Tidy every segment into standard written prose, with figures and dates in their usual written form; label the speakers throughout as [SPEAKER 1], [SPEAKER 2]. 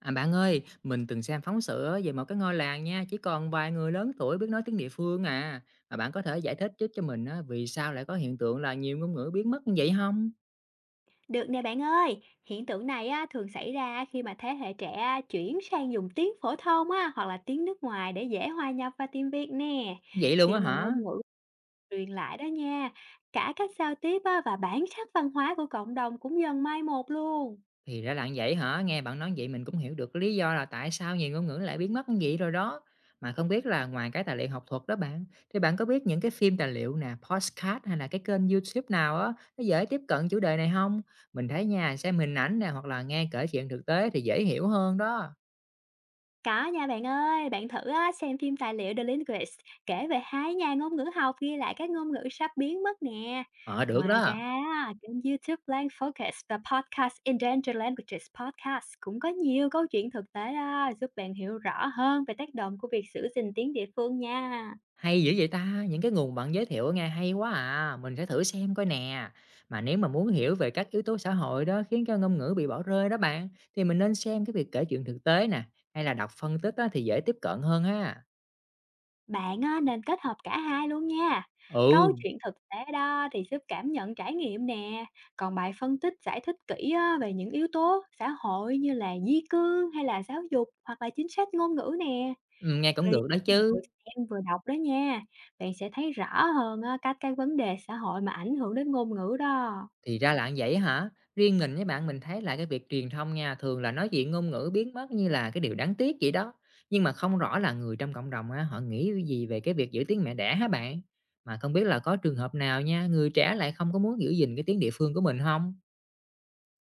[SPEAKER 1] À, bạn ơi, mình từng xem phóng sự á, về một cái ngôi làng nha, chỉ còn vài người lớn tuổi biết nói tiếng địa phương à. Mà bạn có thể giải thích giúp cho mình á, vì sao lại có hiện tượng là nhiều ngôn ngữ biến mất như vậy không?
[SPEAKER 2] Được nè bạn ơi, hiện tượng này á, thường xảy ra khi mà thế hệ trẻ á, chuyển sang dùng tiếng phổ thông á, hoặc là tiếng nước ngoài để dễ hòa nhập vào tiếng Việt nè.
[SPEAKER 1] Vậy luôn
[SPEAKER 2] Khi
[SPEAKER 1] á
[SPEAKER 2] mà
[SPEAKER 1] hả?
[SPEAKER 2] ngôn ngữ truyền lại đó nha, cả cách giao tiếp á, và bản sắc văn hóa của cộng đồng cũng dần mai một luôn.
[SPEAKER 1] Thì ra là như vậy hả? Nghe bạn nói vậy mình cũng hiểu được lý do là tại sao nhiều ngôn ngữ lại biến mất như vậy rồi đó. Mà không biết là ngoài cái tài liệu học thuật đó bạn, thì bạn có biết những cái phim tài liệu nè, podcast hay là cái kênh YouTube nào á, nó dễ tiếp cận chủ đề này không? Mình thấy nha, xem hình ảnh nè hoặc là nghe kể chuyện thực tế thì dễ hiểu hơn đó.
[SPEAKER 2] Có nha bạn ơi, bạn thử á, xem phim tài liệu The Linguist kể về hai nhà ngôn ngữ học ghi lại các ngôn ngữ sắp biến mất nè.
[SPEAKER 1] Ờ, được
[SPEAKER 2] Ngoài ra,
[SPEAKER 1] đó,
[SPEAKER 2] á, kênh YouTube Lang Focus và podcast Endangered Languages Podcast cũng có nhiều câu chuyện thực tế đó, giúp bạn hiểu rõ hơn về tác động của việc giữ gìn tiếng địa phương nha.
[SPEAKER 1] hay dữ vậy ta, những cái nguồn bạn giới thiệu nghe hay quá à, mình sẽ thử xem coi nè. Mà nếu mà muốn hiểu về các yếu tố xã hội đó khiến cho ngôn ngữ bị bỏ rơi đó bạn, thì mình nên xem cái việc kể chuyện thực tế nè, hay là đọc phân tích á, thì dễ tiếp cận hơn ha.
[SPEAKER 2] Bạn á, nên kết hợp cả hai luôn nha.
[SPEAKER 1] Ừ,
[SPEAKER 2] Câu chuyện thực tế đó thì giúp cảm nhận trải nghiệm nè, còn bài phân tích giải thích kỹ á, về những yếu tố xã hội như là di cư hay là giáo dục hoặc là chính sách ngôn ngữ nè.
[SPEAKER 1] ừ, nghe cũng
[SPEAKER 2] Vậy,
[SPEAKER 1] được đó
[SPEAKER 2] vừa
[SPEAKER 1] chứ.
[SPEAKER 2] xem vừa đọc đó nha, bạn sẽ thấy rõ hơn á, các cái vấn đề xã hội mà ảnh hưởng đến ngôn ngữ đó.
[SPEAKER 1] Thì ra là như vậy hả? Riêng mình với bạn mình thấy là cái việc truyền thông nha, thường là nói chuyện ngôn ngữ biến mất như là cái điều đáng tiếc vậy đó. Nhưng mà không rõ là người trong cộng đồng á, họ nghĩ cái gì về cái việc giữ tiếng mẹ đẻ hả bạn? Mà không biết là có trường hợp nào nha, người trẻ lại không có muốn giữ gìn cái tiếng địa phương của mình không?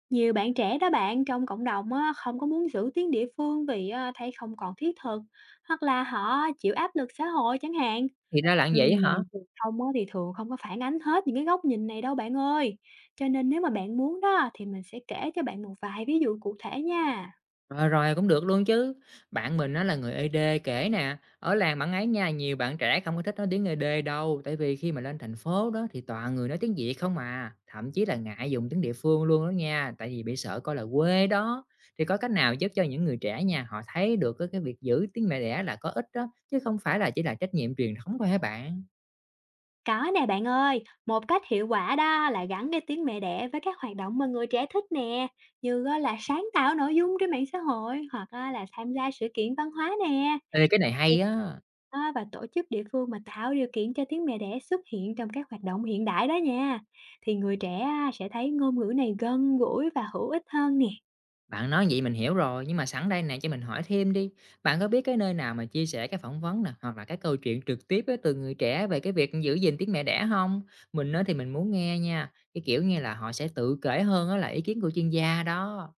[SPEAKER 2] Nhiều bạn trẻ đó bạn trong cộng đồng á, không có muốn giữ tiếng địa phương vì á, thấy không còn thiết thực, hoặc là họ chịu áp lực xã hội chẳng hạn.
[SPEAKER 1] Thì ra là như vậy hả?
[SPEAKER 2] Truyền thông á thì thường không có phản ánh hết những cái góc nhìn này đâu bạn ơi. Cho nên nếu mà bạn muốn đó thì mình sẽ kể cho bạn một vài ví dụ cụ thể nha.
[SPEAKER 1] Rồi, rồi, cũng được luôn chứ. Bạn mình á là người ED kể nè, ở làng bạn ấy nha, nhiều bạn trẻ không có thích nói tiếng ê Đê đâu, tại vì khi mà lên thành phố đó thì toàn người nói tiếng Việt không mà thậm chí là ngại dùng tiếng địa phương luôn đó nha, tại vì bị sợ coi là quê đó. Thì có cách nào giúp cho những người trẻ nha, họ thấy được cái việc giữ tiếng mẹ đẻ là có ích đó, chứ không phải là chỉ là trách nhiệm truyền thống thôi hả bạn?
[SPEAKER 2] Có nè bạn ơi, một cách hiệu quả đó là gắn cái tiếng mẹ đẻ với các hoạt động mà người trẻ thích nè, như á là sáng tạo nội dung trên mạng xã hội, hoặc á là tham gia sự kiện văn hóa nè.
[SPEAKER 1] Ê, cái này
[SPEAKER 2] Thì,
[SPEAKER 1] hay á.
[SPEAKER 2] á, và tổ chức địa phương mà tạo điều kiện cho tiếng mẹ đẻ xuất hiện trong các hoạt động hiện đại đó nha. Thì người trẻ á sẽ thấy ngôn ngữ này gần gũi và hữu ích hơn nè.
[SPEAKER 1] Bạn nói vậy mình hiểu rồi, nhưng mà sẵn đây nè cho mình hỏi thêm đi. Bạn có biết cái nơi nào mà chia sẻ cái phỏng vấn nè, hoặc là cái câu chuyện trực tiếp á, từ người trẻ về cái việc giữ gìn tiếng mẹ đẻ không? Mình nói thì mình muốn nghe nha, cái kiểu như là họ sẽ tự kể hơn á là ý kiến của chuyên gia đó.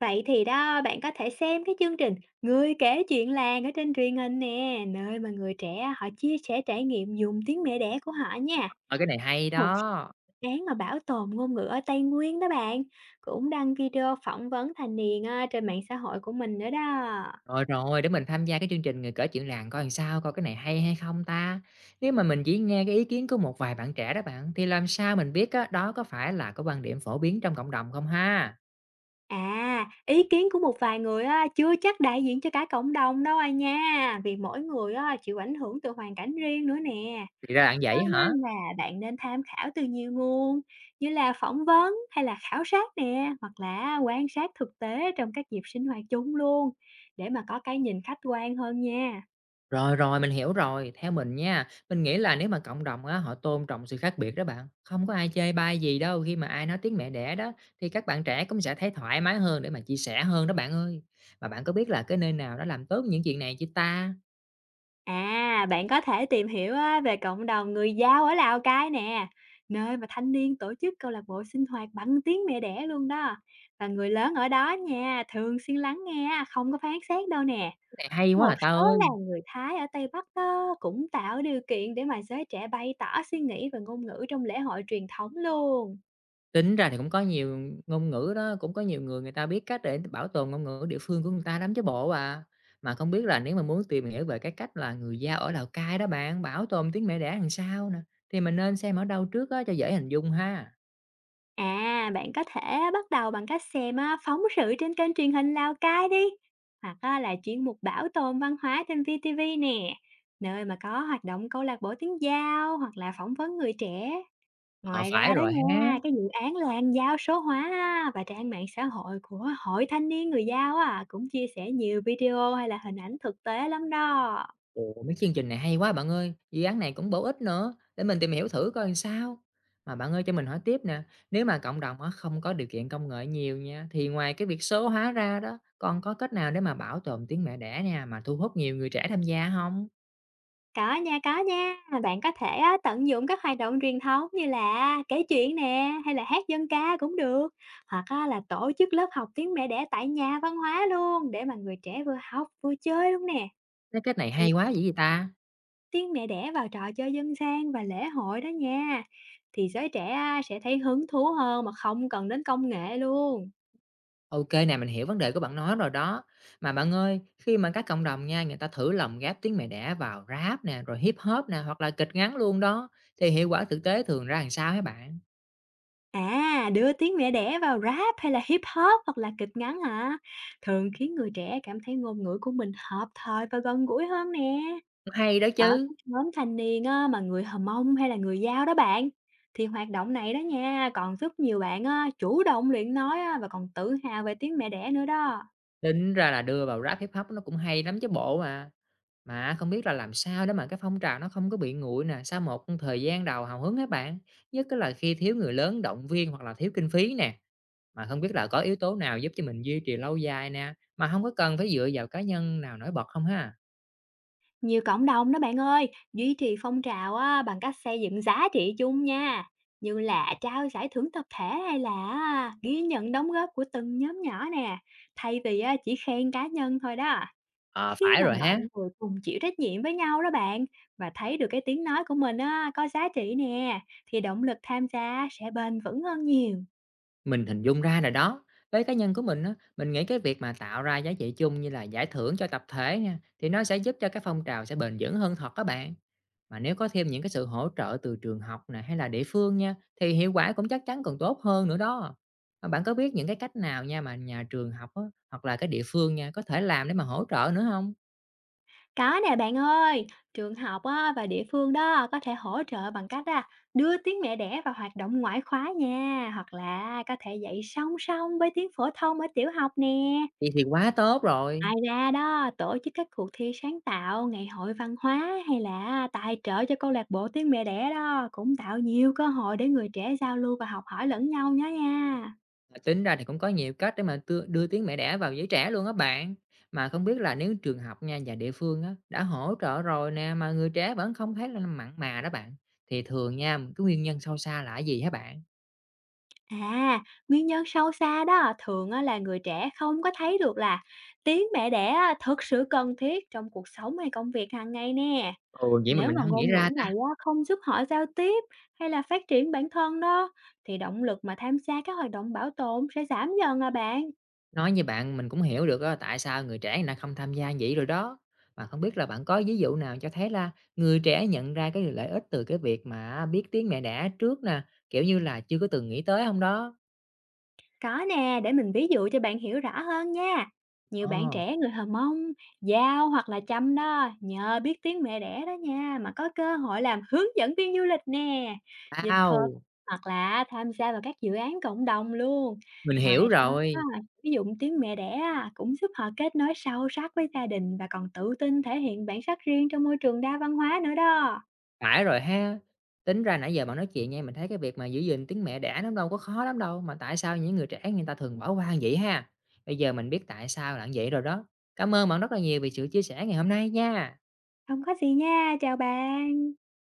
[SPEAKER 2] Vậy thì đó, bạn có thể xem cái chương trình Người Kể Chuyện Làng ở trên truyền hình nè, nơi mà người trẻ họ chia sẻ trải nghiệm dùng tiếng mẹ đẻ của họ nha.
[SPEAKER 1] Ờ, cái này hay
[SPEAKER 2] Một
[SPEAKER 1] đó.
[SPEAKER 2] dự án mà bảo tồn ngôn ngữ ở Tây Nguyên đó bạn, cũng đăng video phỏng vấn thanh niên á, trên mạng xã hội của mình nữa đó.
[SPEAKER 1] Rồi, rồi, để mình tham gia cái chương trình Người Kể Chuyện Làng coi làm sao, coi cái này hay hay không ta? Nếu mà mình chỉ nghe cái ý kiến của một vài bạn trẻ đó bạn, thì làm sao mình biết á, đó có phải là cái quan điểm phổ biến trong cộng đồng không ha?
[SPEAKER 2] À, ý kiến của một vài người á, chưa chắc đại diện cho cả cộng đồng đâu à nha, vì mỗi người á, chịu ảnh hưởng từ hoàn cảnh riêng nữa nè.
[SPEAKER 1] Thì ra bạn
[SPEAKER 2] Cho
[SPEAKER 1] vậy hả?
[SPEAKER 2] nên là bạn nên tham khảo từ nhiều nguồn, như là phỏng vấn hay là khảo sát nè, hoặc là quan sát thực tế trong các dịp sinh hoạt chung luôn, để mà có cái nhìn khách quan hơn nha.
[SPEAKER 1] Rồi, rồi, mình hiểu rồi. Theo mình nha, mình nghĩ là nếu mà cộng đồng á, họ tôn trọng sự khác biệt đó bạn, không có ai chê bai gì đâu khi mà ai nói tiếng mẹ đẻ đó, thì các bạn trẻ cũng sẽ thấy thoải mái hơn để mà chia sẻ hơn đó bạn ơi. Mà bạn có biết là cái nơi nào đã làm tốt những chuyện này chưa ta?
[SPEAKER 2] À, bạn có thể tìm hiểu á, về cộng đồng người Dao ở Lào Cai nè, nơi mà thanh niên tổ chức câu lạc bộ sinh hoạt bằng tiếng mẹ đẻ luôn đó. Và người lớn ở đó nha, thường xuyên lắng nghe, không có phán xét đâu nè.
[SPEAKER 1] Cái này hay quá
[SPEAKER 2] Một
[SPEAKER 1] à ta
[SPEAKER 2] số
[SPEAKER 1] ơi!
[SPEAKER 2] làng người Thái ở Tây Bắc đó cũng tạo điều kiện để mà giới trẻ bày tỏ suy nghĩ về ngôn ngữ trong lễ hội truyền thống luôn.
[SPEAKER 1] Tính ra thì cũng có nhiều ngôn ngữ đó, cũng có nhiều người người ta biết cách để bảo tồn ngôn ngữ địa phương của người ta lắm chứ bộ à. Mà không biết là nếu mà muốn tìm hiểu về cái cách là người Dao ở Lào Cai đó bạn, bảo tồn tiếng mẹ đẻ làm sao nè, thì mình nên xem ở đâu trước á cho dễ hình dung ha?
[SPEAKER 2] À, bạn có thể bắt đầu bằng cách xem á, phóng sự trên kênh truyền hình Lào Cai đi, hoặc á, là chuyên mục bảo tồn văn hóa trên VTV nè, nơi mà có hoạt động câu lạc bộ tiếng Dao hoặc là phỏng vấn người trẻ.
[SPEAKER 1] Ờ,
[SPEAKER 2] Ngoài
[SPEAKER 1] phải
[SPEAKER 2] ra đó
[SPEAKER 1] rồi ha.
[SPEAKER 2] nha, cái dự án làn giao số hóa á, và trang mạng xã hội của Hội Thanh niên Người giao à cũng chia sẻ nhiều video hay là hình ảnh thực tế lắm đó.
[SPEAKER 1] Ồ, mấy chương trình này hay quá bạn ơi, dự án này cũng bổ ích nữa, để mình tìm hiểu thử coi làm sao. Mà bạn ơi cho mình hỏi tiếp nè, nếu mà cộng đồng á không có điều kiện công nghệ nhiều nha, thì ngoài cái việc số hóa ra đó, còn có cách nào để mà bảo tồn tiếng mẹ đẻ nha, mà thu hút nhiều người trẻ tham gia không?
[SPEAKER 2] Có nha, có nha. Bạn có thể á, tận dụng các hoạt động truyền thống như là kể chuyện nè, hay là hát dân ca cũng được. Hoặc á, là tổ chức lớp học tiếng mẹ đẻ tại nhà văn hóa luôn, để mà người trẻ vừa học vừa chơi luôn nè.
[SPEAKER 1] Cái cách này hay quá dữ vậy ta?
[SPEAKER 2] Tiếng mẹ đẻ vào trò chơi dân gian và lễ hội đó nha. Thì giới trẻ á, sẽ thấy hứng thú hơn mà không cần đến công nghệ luôn.
[SPEAKER 1] OK nè, mình hiểu vấn đề của bạn nói rồi đó. Mà bạn ơi, khi mà các cộng đồng nha, người ta thử lồng ghép tiếng mẹ đẻ vào Rap nè, rồi Hip Hop nè, hoặc là kịch ngắn luôn đó, thì hiệu quả thực tế thường ra làm sao hả bạn?
[SPEAKER 2] À, đưa tiếng mẹ đẻ vào rap hay là hip hop hoặc là kịch ngắn hả? Thường khiến người trẻ cảm thấy ngôn ngữ của mình hợp thời và gần gũi hơn nè.
[SPEAKER 1] Hay đó
[SPEAKER 2] Ở
[SPEAKER 1] chứ.
[SPEAKER 2] các nhóm thanh niên á, mà người Hờ Mông hay là người Dao đó bạn, thì hoạt động này đó nha, còn giúp nhiều bạn á, chủ động luyện nói á, và còn tự hào về tiếng mẹ đẻ nữa đó.
[SPEAKER 1] Tính ra là đưa vào Rap Hip Hop nó cũng hay lắm chứ bộ mà. Mà không biết là làm sao để mà cái phong trào nó không có bị nguội nè, sau một thời gian đầu hào hứng các bạn, nhất là khi thiếu người lớn động viên hoặc là thiếu kinh phí nè, mà không biết là có yếu tố nào giúp cho mình duy trì lâu dài nè, mà không có cần phải dựa vào cá nhân nào nổi bật không ha?
[SPEAKER 2] Nhiều cộng đồng đó bạn ơi, duy trì phong trào á, bằng cách xây dựng giá trị chung nha, như là trao giải thưởng tập thể, hay là ghi nhận đóng góp của từng nhóm nhỏ nè, thay vì á, chỉ khen cá nhân thôi đó.
[SPEAKER 1] Ờ,
[SPEAKER 2] Khi
[SPEAKER 1] phải
[SPEAKER 2] mà
[SPEAKER 1] rồi
[SPEAKER 2] mọi
[SPEAKER 1] ha.
[SPEAKER 2] người cùng chịu trách nhiệm với nhau đó bạn, và thấy được cái tiếng nói của mình á, có giá trị nè, thì động lực tham gia sẽ bền vững hơn nhiều.
[SPEAKER 1] Mình hình dung ra rồi đó. Với cá nhân của mình á, mình nghĩ cái việc mà tạo ra giá trị chung như là giải thưởng cho tập thể nha, thì nó sẽ giúp cho cái phong trào sẽ bền vững hơn thật các bạn. Mà nếu có thêm những cái sự hỗ trợ từ trường học này hay là địa phương nha, thì hiệu quả cũng chắc chắn còn tốt hơn nữa đó. Mà bạn có biết những cái cách nào nha mà nhà trường học á, hoặc là cái địa phương nha có thể làm để mà hỗ trợ nữa không?
[SPEAKER 2] Có nè bạn ơi, trường học á, và địa phương đó có thể hỗ trợ bằng cách á, đưa tiếng mẹ đẻ vào hoạt động ngoại khóa nha, hoặc là có thể dạy song song với tiếng phổ thông ở tiểu học nè.
[SPEAKER 1] Vậy thì quá tốt rồi.
[SPEAKER 2] Ngoài ra đó, tổ chức các cuộc thi sáng tạo, ngày hội văn hóa, hay là tài trợ cho câu lạc bộ tiếng mẹ đẻ đó, cũng tạo nhiều cơ hội để người trẻ giao lưu và học hỏi lẫn nhau nhé nha.
[SPEAKER 1] À, tính ra thì cũng có nhiều cách để mà đưa tiếng mẹ đẻ vào giới trẻ luôn á bạn. Mà không biết là nếu trường học nha và địa phương á, đã hỗ trợ rồi nè mà người trẻ vẫn không thấy là mặn mà đó bạn. Thì thường nha, cái nguyên nhân sâu xa là cái gì hả bạn?
[SPEAKER 2] À, nguyên nhân sâu xa đó thường á là người trẻ không có thấy được là tiếng mẹ đẻ á thực sự cần thiết trong cuộc sống hay công việc hàng ngày nè.
[SPEAKER 1] Ồ, vậy mà
[SPEAKER 2] Nếu
[SPEAKER 1] mình
[SPEAKER 2] mà
[SPEAKER 1] không nghĩ
[SPEAKER 2] ngôn ngữ
[SPEAKER 1] ra ta.
[SPEAKER 2] này á không giúp họ giao tiếp hay là phát triển bản thân đó, thì động lực mà tham gia các hoạt động bảo tồn sẽ giảm dần à bạn.
[SPEAKER 1] Nói như bạn mình cũng hiểu được á, tại sao người trẻ lại không tham gia vậy rồi đó. Mà không biết là bạn có ví dụ nào cho thấy là người trẻ nhận ra cái lợi ích từ cái việc mà biết tiếng mẹ đẻ trước nè, kiểu như là chưa có từng nghĩ tới không đó?
[SPEAKER 2] Có nè, để mình ví dụ cho bạn hiểu rõ hơn nha. Nhiều bạn
[SPEAKER 1] Ồ,
[SPEAKER 2] trẻ người Hờ Mông, Dao hoặc là Chăm đó, nhờ biết tiếng mẹ đẻ đó nha, mà có cơ hội làm hướng dẫn viên du lịch nè, dịch thuật,
[SPEAKER 1] wow,
[SPEAKER 2] hoặc là tham gia vào các dự án cộng đồng luôn.
[SPEAKER 1] mình hiểu
[SPEAKER 2] Ngoài ra, á,
[SPEAKER 1] rồi.
[SPEAKER 2] ví dụ tiếng mẹ đẻ á, cũng giúp họ kết nối sâu sắc với gia đình và còn tự tin thể hiện bản sắc riêng trong môi trường đa văn hóa nữa đó.
[SPEAKER 1] Phải rồi ha. Tính ra nãy giờ bạn nói chuyện nha, mình thấy cái việc mà giữ gìn tiếng mẹ đẻ nó đâu có khó lắm đâu, mà tại sao những người trẻ người ta thường bỏ qua vậy ha? Bây giờ mình biết tại sao là như vậy rồi đó. Cảm ơn bạn rất là nhiều vì sự chia sẻ ngày hôm nay nha.
[SPEAKER 2] Không có gì nha, chào bạn.